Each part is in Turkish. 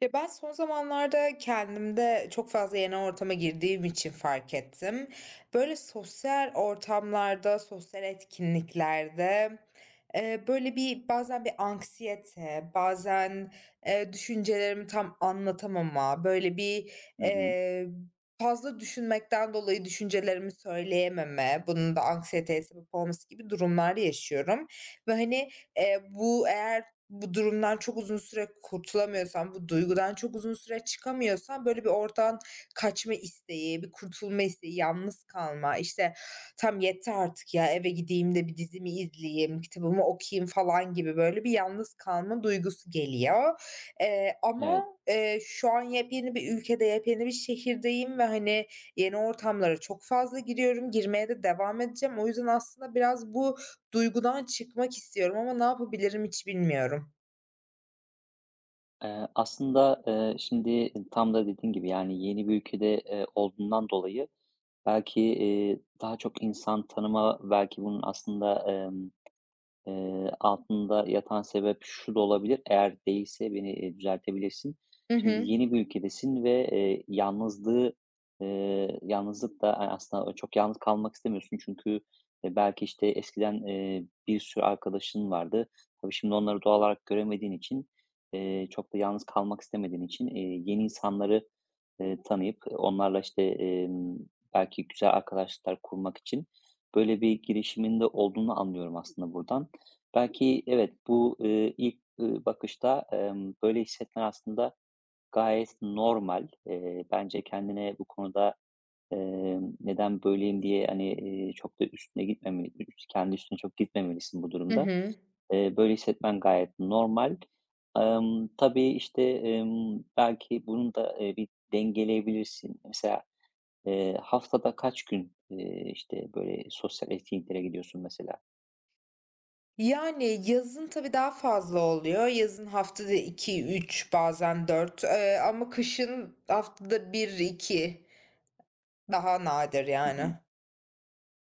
Ya ben son zamanlarda kendimde çok fazla yeni ortama girdiğim için fark ettim. Böyle sosyal ortamlarda, sosyal etkinliklerde böyle bazen bir anksiyete, bazen düşüncelerimi tam anlatamama, böyle bir Hı hı. e, fazla düşünmekten dolayı düşüncelerimi söyleyememe, bunun da anksiyeteye sebep olması gibi durumlar yaşıyorum. Ve hani bu eğer bu durumdan çok uzun süre kurtulamıyorsan, bu duygudan çok uzun süre çıkamıyorsan, böyle bir oradan kaçma isteği, bir kurtulma isteği, yalnız kalma, işte, "Tam yeter artık ya, eve gideyim de bir dizimi izleyeyim, kitabımı okuyayım." falan gibi böyle bir yalnız kalma duygusu geliyor. Ama, Evet. Şu an yepyeni bir ülkede, yepyeni bir şehirdeyim ve, hani, yeni ortamlara çok fazla giriyorum, girmeye de devam edeceğim. O yüzden aslında biraz bu duygudan çıkmak istiyorum ama ne yapabilirim hiç bilmiyorum. Şimdi tam da dediğin gibi, yani, yeni bir ülkede, olduğundan dolayı belki, daha çok insan tanıma, belki bunun aslında, altında yatan sebep şu da olabilir, eğer değilse beni, düzeltebilirsin. Hı Şimdi hı. yeni bir ülkedesin ve, yalnızlığı, yalnızlık da, aslında çok yalnız kalmak istemiyorsun çünkü, belki, işte, eskiden, bir sürü arkadaşın vardı. Tabii şimdi onları doğal olarak göremediğin için, çok da yalnız kalmak istemediğin için, yeni insanları, tanıyıp onlarla, işte, belki güzel arkadaşlıklar kurmak için böyle bir girişiminde olduğunu anlıyorum aslında buradan. Belki evet, bu, ilk, bakışta, böyle hissetmen aslında gayet normal. Bence kendine bu konuda, "Neden böyleyim?" diye, hani, çok da üstüne gitmemeli üst kendi üstüne çok gitmemelisin bu Hı durumda. hı. Böyle hissetmen gayet normal. Tabii, işte, belki bunu da, bir dengeleyebilirsin. Mesela, haftada kaç gün, işte, böyle, sosyal etkinliklere gidiyorsun mesela? Yani, yazın tabii daha fazla oluyor. Yazın haftada iki üç bazen dört ama kışın haftada bir iki daha nadir Hı hı. yani.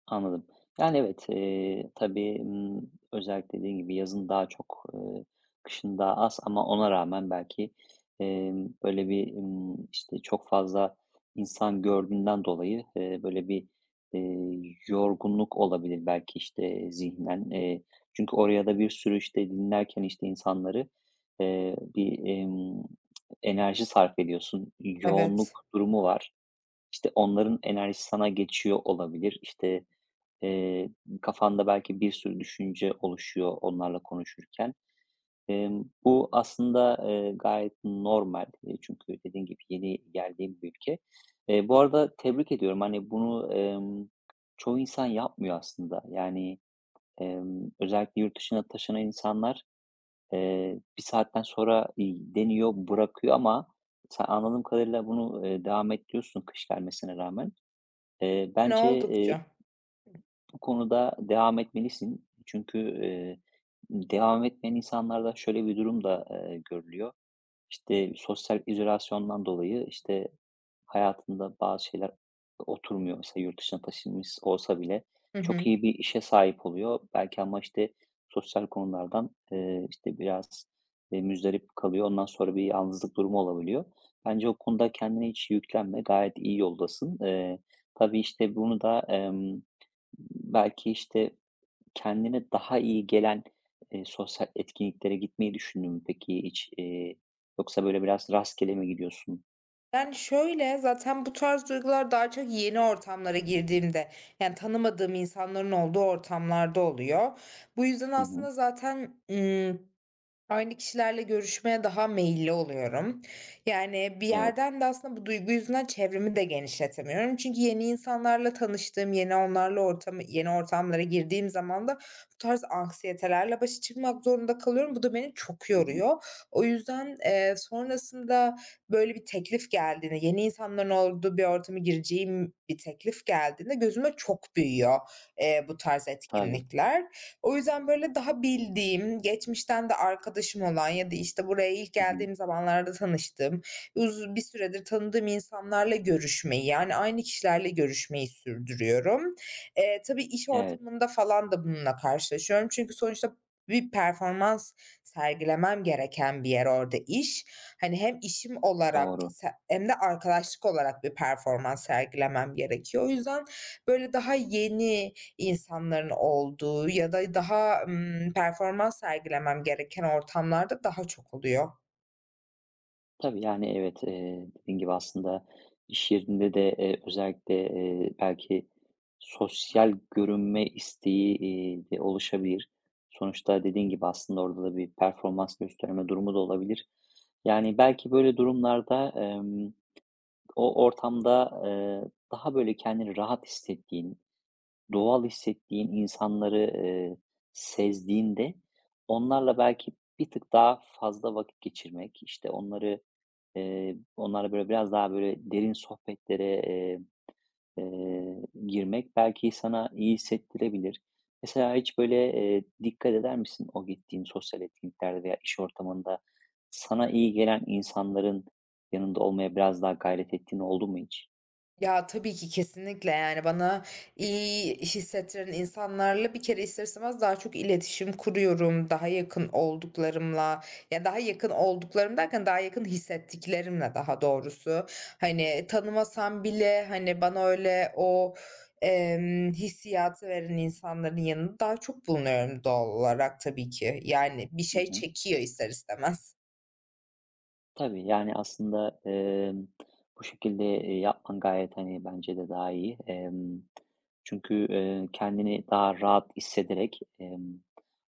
Anladım. Yani, evet, tabii, özellikle dediğim gibi yazın daha çok, kışın daha az ama ona rağmen belki, böyle bir, işte, çok fazla insan gördüğünden dolayı, böyle bir, eee, yorgunluk olabilir belki, işte, zihnen. Çünkü oraya da bir sürü, işte, dinlerken, işte, insanları, bir, enerji sarf ediyorsun. Evet. Yoğunluk durumu var. İşte, onların enerjisi sana geçiyor olabilir. İşte, Eee, kafanda belki bir sürü düşünce oluşuyor onlarla konuşurken. Bu aslında, gayet normal. Çünkü dediğin gibi yeni geldiğim bir ülke. Bu arada tebrik ediyorum. Hani, bunu, çoğu insan yapmıyor aslında. Yani, özellikle yurt dışına taşınan insanlar, bir saatten sonra, deniyor, bırakıyor ama sen anladığım kadarıyla bunu, devam ettiriyorsun kış gelmesine rağmen. Eee, Yani bence, eee oldukça. Hı. bu konuda devam etmelisin. Çünkü, devam etmeyen insanlarda şöyle bir durum da, görülüyor. İşte, sosyal izolasyondan dolayı, işte, hayatında bazı şeyler oturmuyor. Mesela yurt dışına taşınmış olsa bile Hı çok hı. iyi bir işe sahip oluyor. Belki ama, işte, sosyal konulardan, işte, biraz, muzdarip kalıyor. Ondan sonra bir yalnızlık durumu olabiliyor. Bence o konuda kendine hiç yüklenme. Gayet iyi yoldasın. Tabii, işte, bunu da, belki, işte, kendine daha iyi gelen, sosyal etkinliklere gitmeyi düşündün mü peki hiç? Yoksa böyle biraz rastgele mi gidiyorsun? Yani, şöyle, zaten bu tarz duygular daha çok yeni ortamlara girdiğimde, yani, tanımadığım insanların olduğu ortamlarda oluyor. Bu yüzden Hı hı. aslında zaten. Aynı kişilerle görüşmeye daha meyilli oluyorum. Yani bir Evet. yerden de aslında bu duygu yüzünden çevremi de genişletemiyorum. Çünkü yeni insanlarla tanıştığım, yeni onlarla ortamı yeni ortamlara girdiğim zaman da bu tarz anksiyetelerle başa çıkmak zorunda kalıyorum. Bu da beni çok Hı hı. yoruyor. O yüzden, sonrasında böyle bir teklif geldiğinde, yeni insanların olduğu bir ortama gireceğim bir teklif geldiğinde gözüme çok büyüyor, bu tarz Tabii. etkinlikler. O yüzden böyle daha bildiğim, geçmişten de arkadaşım olan ya da, işte, buraya ilk Hı hı. geldiğim zamanlarda tanıştığım, uz bir süredir tanıdığım insanlarla görüşmeyi, yani aynı kişilerle görüşmeyi sürdürüyorum. Tabii iş Evet, ortamında falan da bununla karşılaşıyorum. Çünkü sonuçta bir performans sergilemem gereken bir yer orada iş. Hani hem işim olarak doğru. se hem de arkadaşlık olarak bir performans sergilemem gerekiyor. O yüzden böyle daha yeni, insanların olduğu ya da daha, performans sergilemem gereken ortamlarda daha çok oluyor. Tabii, yani, evet, dediğin gibi aslında iş yerinde de, özellikle, belki sosyal görünme isteği, de oluşabilir. Sonuçta dediğin gibi aslında orada da bir performans gösterme durumu da olabilir. Yani, belki böyle durumlarda, o ortamda, daha böyle kendini rahat hissettiğin, doğal hissettiğin insanları, sezdiğinde onlarla belki bir tık daha fazla vakit geçirmek, işte, onları, onlarla böyle biraz daha böyle derin sohbetlere, eee, girmek belki sana iyi hissettirebilir. Mesela hiç böyle, dikkat eder misin o gittiğin sosyal etkinliklerde veya iş ortamında sana iyi gelen insanların yanında olmaya biraz daha gayret ettiğin oldu mu hiç? Ya, tabii ki kesinlikle, yani, bana iyi hissettiren insanlarla bir kere ister istemez daha çok iletişim kuruyorum. Daha yakın olduklarımla, ya, daha yakın olduklarım derken daha yakın hissettiklerimle daha doğrusu. Hani, tanımasam bile, hani, bana öyle o, hissiyatı veren insanların yanında daha çok bulunuyorum doğal olarak tabii ki. Yani, bir Hı şey hı. çekiyor ister istemez. Tabii, yani, aslında, bu şekilde, yapman gayet, hani, bence de daha iyi. Çünkü, kendini daha rahat hissederek,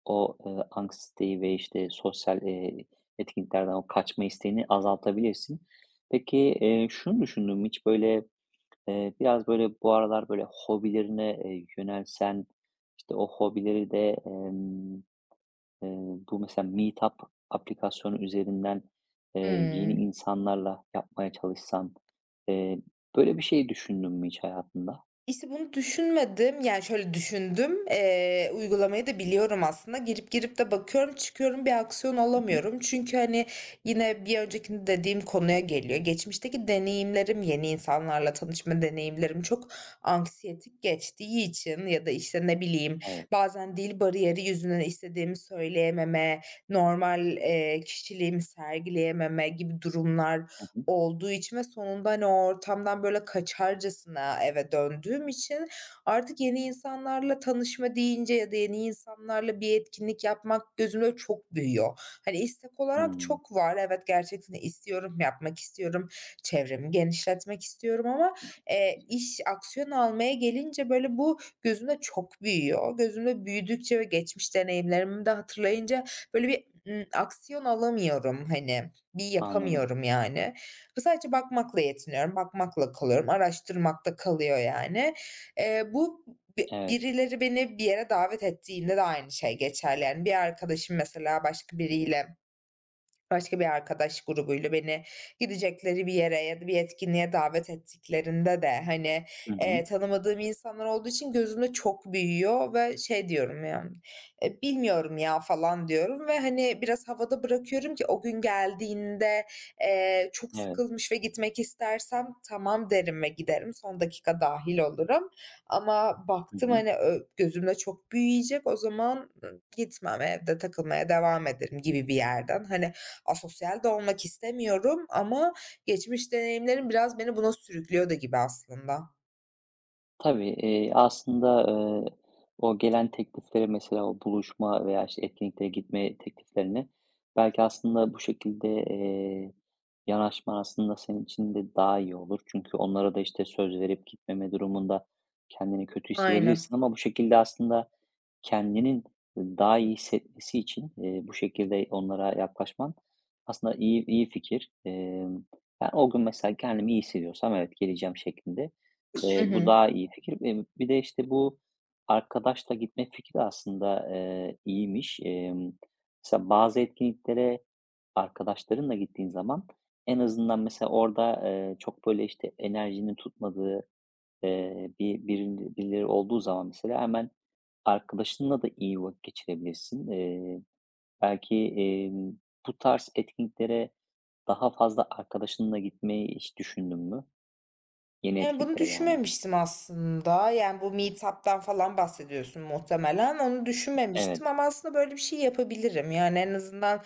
o, anksiyeteyi ve, işte, sosyal, etkinliklerden o kaçma isteğini azaltabilirsin. Peki, şunu düşündüm hiç, böyle, biraz, böyle, bu aralar, böyle, hobilerine, yönelsen, işte, o hobileri de, Eee, bu mesela Meetup aplikasyonu üzerinden, eee, yeni Hıı. insanlarla yapmaya çalışsan, eee, böyle bir şey düşündün mü hiç hayatında? İşte, bunu düşünmedim. Yani, şöyle düşündüm. Uygulamayı da biliyorum aslında. Girip de bakıyorum, çıkıyorum, bir aksiyon Hı hı. alamıyorum. Çünkü, hani, yine bir öncekinde dediğim konuya geliyor. Geçmişteki deneyimlerim, yeni insanlarla tanışma deneyimlerim çok anksiyetik geçtiği için ya da, işte, ne bileyim, Evet. bazen dil bariyeri yüzünden istediğimi söyleyememe, normal, kişiliğimi sergileyememe gibi durumlar Hı hı. olduğu için ve sonunda, hani, o ortamdan böyle kaçarcasına eve döndüğüm için artık yeni insanlarla tanışma deyince ya da yeni insanlarla bir etkinlik yapmak gözümde çok büyüyor. Hani, istek olarak Hımm. çok var. Evet, gerçekten istiyorum, yapmak istiyorum, çevremi genişletmek istiyorum ama, iş aksiyon almaya gelince böyle bu gözümde çok büyüyor. Gözümde büyüdükçe ve geçmiş deneyimlerimi de hatırlayınca böyle bir, aksiyon alamıyorum, hani, bir Anladım. yapamıyorum yani. Ve sadece bakmakla yetiniyorum, bakmakla kalıyorum, araştırmakta kalıyor yani. Bu Evet. birileri beni bir yere davet ettiğinde de aynı şey geçerli. Yani bir arkadaşım mesela başka biriyle Başka bir arkadaş grubuyla beni gidecekleri bir yere ya da bir etkinliğe davet ettiklerinde de, hani, Hı hı. tanımadığım insanlar olduğu için gözümde çok büyüyor ve şey diyorum ya, "E, bilmiyorum ya." falan diyorum ve, hani, biraz havada bırakıyorum ki o gün geldiğinde, çok Evet. sıkılmış ve gitmek istersem tamam derim ve giderim. Son dakika dâhil olurum ama Hı baktım, hı. hani, gözümde çok büyüyecek, o zaman ı gitmem, evde takılmaya devam ederim gibi bir yerden. Hani, Asosyal de olmak istemiyorum ama geçmiş deneyimlerim biraz beni buna sürüklüyor da gibi aslında. Tabii, aslında, eee, o gelen teklifleri mesela o buluşma veya, işte, etkinliklere gitme tekliflerini belki aslında bu şekilde, yanaşman aslında senin için de daha iyi olur. Çünkü onlara da, işte, söz verip gitmeme durumunda kendini kötü Aynen. hissedebilirsin ama bu şekilde aslında kendinin daha iyi hissetmesi için, bu şekilde onlara yaklaşman aslında iyi fikir. Ben o gün mesela kendimi iyi hissediyorsam evet geleceğim şeklinde. Hı Bu hı. daha iyi fikir. Bir de, işte, bu arkadaşla gitme fikri aslında, iyiymiş. Mesela bazı etkinliklere arkadaşlarınla gittiğin zaman en azından mesela orada, çok böyle, işte, enerjinin tutmadığı, birileri olduğu zaman mesela hemen arkadaşınla da iyi vakit geçirebilirsin. Belki, bu tarz etkinliklere daha fazla arkadaşınla gitmeyi hiç düşündün mü? Yeni Yani, bunu etkinliklere yani. düşünmemiştim aslında. Yani, bu meetup'tan falan bahsediyorsun muhtemelen. Onu Evet. düşünmemiştim ama aslında böyle bir şey yapabilirim. Yani, en azından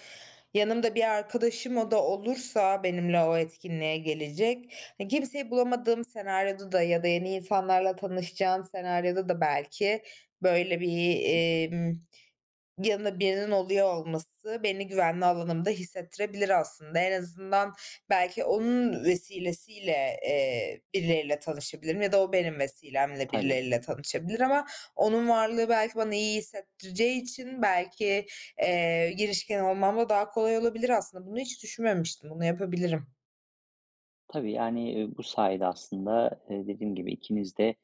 yanımda bir arkadaşım o da olursa benimle o etkinliğe gelecek. Hani, kimseyi bulamadığım senaryoda da ya da yeni insanlarla tanışacağım senaryoda da belki böyle bir, Hı hı. emm Yanında birinin oluyor olması beni güvenli alanımda hissettirebilir aslında. En azından belki onun vesilesiyle, birileriyle tanışabilirim ya da o benim vesilemle Tabii. birileriyle tanışabilir ama onun varlığı belki bana iyi hissettireceği için belki, girişken olmam da daha kolay olabilir aslında. Bunu hiç düşünmemiştim. Bunu yapabilirim. Tabii, yani, bu sayede aslında, dediğim gibi ikiniz de,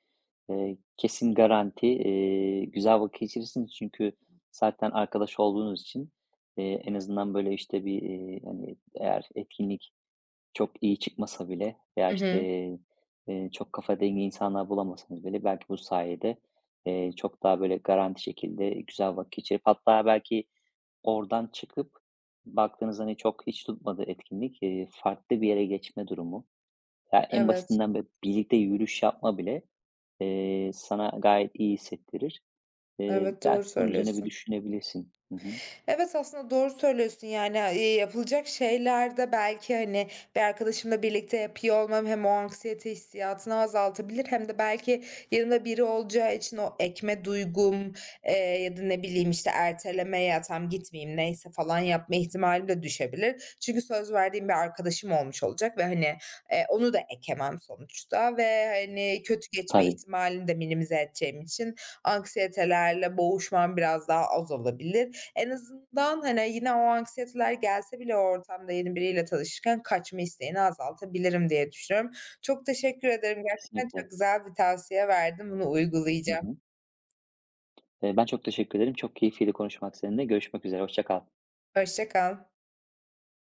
kesin garanti, güzel vakit geçirirsiniz. Çünkü zaten arkadaş olduğunuz için, en azından böyle, işte, bir, hani, eğer etkinlik çok iyi çıkmasa bile veya, Hı işte, hı. Çok kafa dengi insanlar bulamasanız bile belki bu sayede, çok daha böyle garanti şekilde güzel vakit geçirip hatta belki oradan çıkıp baktığınız, hani, çok hiç tutmadı etkinlik, farklı bir yere geçme durumu. Ya, en Evet. basitinden böyle birlikte yürüyüş yapma bile, sana gayet iyi hissettirir. Evet, doğru Belki bunun üzerine bir söylüyorsun. düşünebilirsin. Hı hı. Evet, aslında doğru söylüyorsun. Yani, yapılacak şeylerde belki, hani, bir arkadaşımla birlikte yapıyor olmam hem o anksiyete hissiyatını azaltabilir hem de belki yanımda biri olacağı için o ekme duygum, eee, ya da ne bileyim, işte, erteleme, "Ya, tamam gitmeyeyim, neyse." falan yapma ihtimalim de düşebilir. Çünkü söz verdiğim bir arkadaşım olmuş olacak ve, hani, onu da ekemem sonuçta ve, hani, kötü geçme Tabii, ihtimalini de minimize edeceğim için anksiyetelerle boğuşmam biraz daha az olabilir. En azından, hani, yine o anksiyeteler gelse bile o ortamda yeni biriyle tanışırken kaçma isteğini azaltabilirim diye düşünüyorum. Çok teşekkür ederim. Gerçekten çok kesinlikle. güzel bir tavsiye verdin. Bunu Hı uygulayacağım. hı. Ben çok teşekkür ederim. Çok keyifliydi konuşmak seninle. Görüşmek üzere, hoşça kal. Hoşça kal.